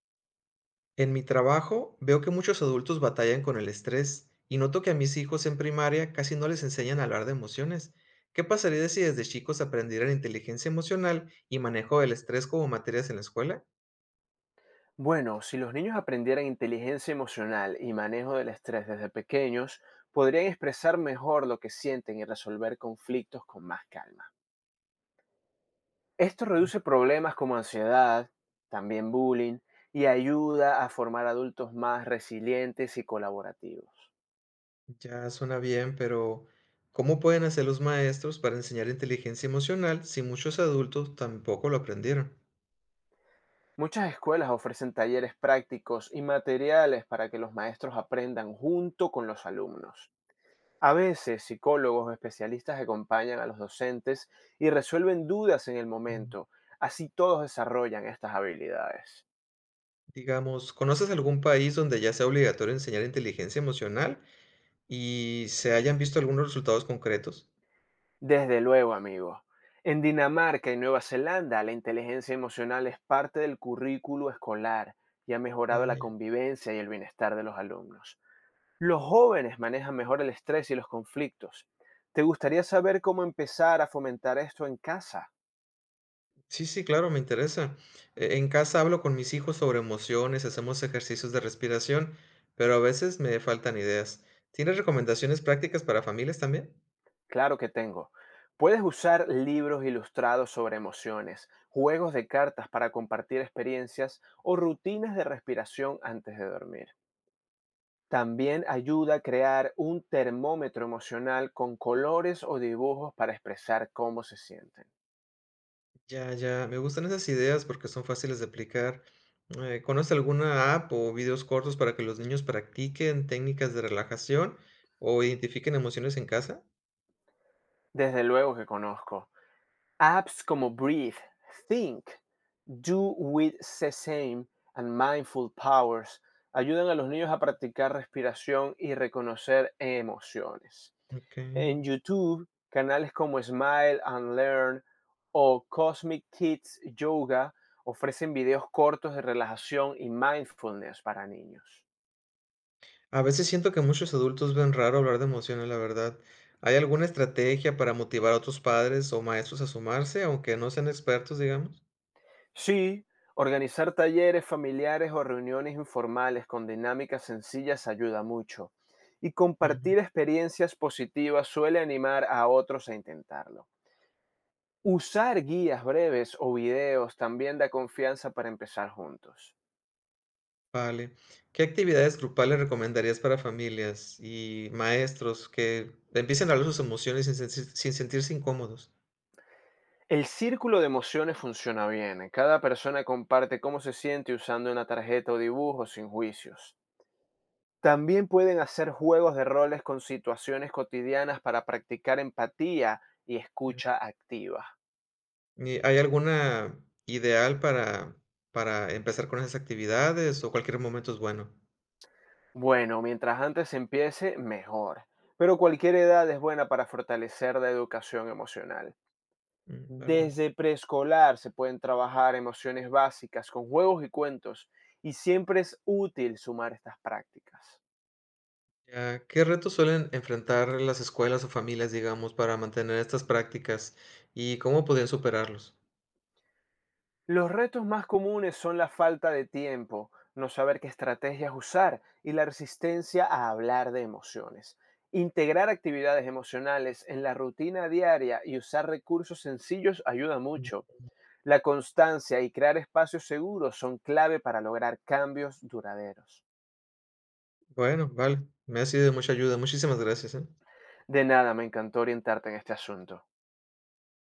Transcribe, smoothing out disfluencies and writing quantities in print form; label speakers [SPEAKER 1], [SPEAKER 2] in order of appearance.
[SPEAKER 1] En mi trabajo veo que muchos adultos batallan con el estrés y noto que a mis hijos en primaria casi no les enseñan a hablar de emociones. ¿Qué pasaría si desde chicos aprendieran inteligencia emocional y manejo del estrés como materias en la escuela?
[SPEAKER 2] Bueno, si los niños aprendieran inteligencia emocional y manejo del estrés desde pequeños, podrían expresar mejor lo que sienten y resolver conflictos con más calma. Esto
[SPEAKER 1] Mm.
[SPEAKER 2] reduce problemas como ansiedad, también bullying, y ayuda a formar adultos más resilientes y colaborativos.
[SPEAKER 1] Ya suena bien, pero ¿cómo pueden hacer los maestros para enseñar inteligencia emocional si muchos adultos tampoco lo aprendieron?
[SPEAKER 2] Muchas escuelas ofrecen talleres prácticos y materiales para que los maestros aprendan junto con los alumnos. A veces psicólogos o especialistas acompañan a los docentes y resuelven dudas en el
[SPEAKER 1] Mm.
[SPEAKER 2] momento. Así todos desarrollan estas habilidades.
[SPEAKER 1] Digamos, ¿conoces algún país donde ya sea obligatorio enseñar inteligencia emocional y se hayan visto algunos resultados concretos?
[SPEAKER 2] Desde luego, amigos. En Dinamarca y Nueva Zelanda, la inteligencia emocional es parte del currículo escolar y ha mejorado la
[SPEAKER 1] Vaya.
[SPEAKER 2] convivencia y el bienestar de los alumnos. Los jóvenes manejan mejor el estrés y los conflictos. ¿Te gustaría saber cómo empezar a fomentar esto en casa?
[SPEAKER 1] Sí, sí, claro, me interesa. En casa hablo con mis hijos sobre emociones, hacemos ejercicios de respiración, pero a veces me faltan ideas. ¿Tienes recomendaciones prácticas para familias también?
[SPEAKER 2] Claro que tengo. Puedes usar libros ilustrados sobre emociones, juegos de cartas para compartir experiencias o rutinas de respiración antes de dormir. También ayuda a crear un termómetro emocional con colores o dibujos para expresar cómo se sienten.
[SPEAKER 1] Ya, ya, me gustan esas ideas porque son fáciles de aplicar. ¿Conoces alguna app o videos cortos para que los niños practiquen técnicas de relajación o identifiquen emociones en casa?
[SPEAKER 2] Desde luego que conozco. Apps como Breathe, Think, Do With Sesame and Mindful Powers ayudan a los niños a practicar respiración y reconocer emociones.
[SPEAKER 1] Ok.
[SPEAKER 2] En YouTube, canales como Smile and Learn o Cosmic Kids Yoga ofrecen videos cortos de relajación y mindfulness para niños.
[SPEAKER 1] A veces siento que muchos adultos ven raro hablar de emociones, la verdad. ¿Hay alguna estrategia para motivar a otros padres o maestros a sumarse, aunque no sean expertos, digamos?
[SPEAKER 2] Sí, organizar talleres familiares o reuniones informales con dinámicas sencillas ayuda mucho y
[SPEAKER 1] Ujú.
[SPEAKER 2] compartir experiencias positivas suele animar a otros a intentarlo. Usar guías breves o videos también da confianza para empezar juntos.
[SPEAKER 1] Vale. ¿Qué actividades grupales recomendarías para familias y maestros que empiecen a hablar sus emociones sin sentirse incómodos?
[SPEAKER 2] El círculo de emociones funciona bien. Cada persona comparte cómo se siente usando una tarjeta o dibujo sin juicios. También pueden hacer juegos de roles con situaciones cotidianas para practicar empatía y
[SPEAKER 1] Ya.
[SPEAKER 2] escucha activa.
[SPEAKER 1] ¿Hay alguna ideal para empezar con esas actividades o cualquier momento es bueno?
[SPEAKER 2] Bueno, mientras antes empiece, mejor. Pero cualquier edad es buena para fortalecer la educación emocional.
[SPEAKER 1] Mm. ¿Verdad?
[SPEAKER 2] Desde preescolar se pueden trabajar emociones básicas con juegos y cuentos y siempre es útil sumar estas prácticas.
[SPEAKER 1] Ya, ¿qué retos suelen enfrentar las escuelas o familias, digamos, para mantener estas prácticas y cómo podrían superarlos?
[SPEAKER 2] Los retos más comunes son la falta de tiempo, no saber qué estrategias usar y la resistencia a hablar de emociones. Integrar actividades emocionales en la rutina diaria y usar recursos sencillos ayuda
[SPEAKER 1] Mm.
[SPEAKER 2] mucho. La constancia y crear espacios seguros son clave para lograr cambios duraderos.
[SPEAKER 1] Bueno, vale, me ha sido de mucha ayuda. Muchísimas gracias, ¿eh?
[SPEAKER 2] De nada, me encantó orientarte en este asunto.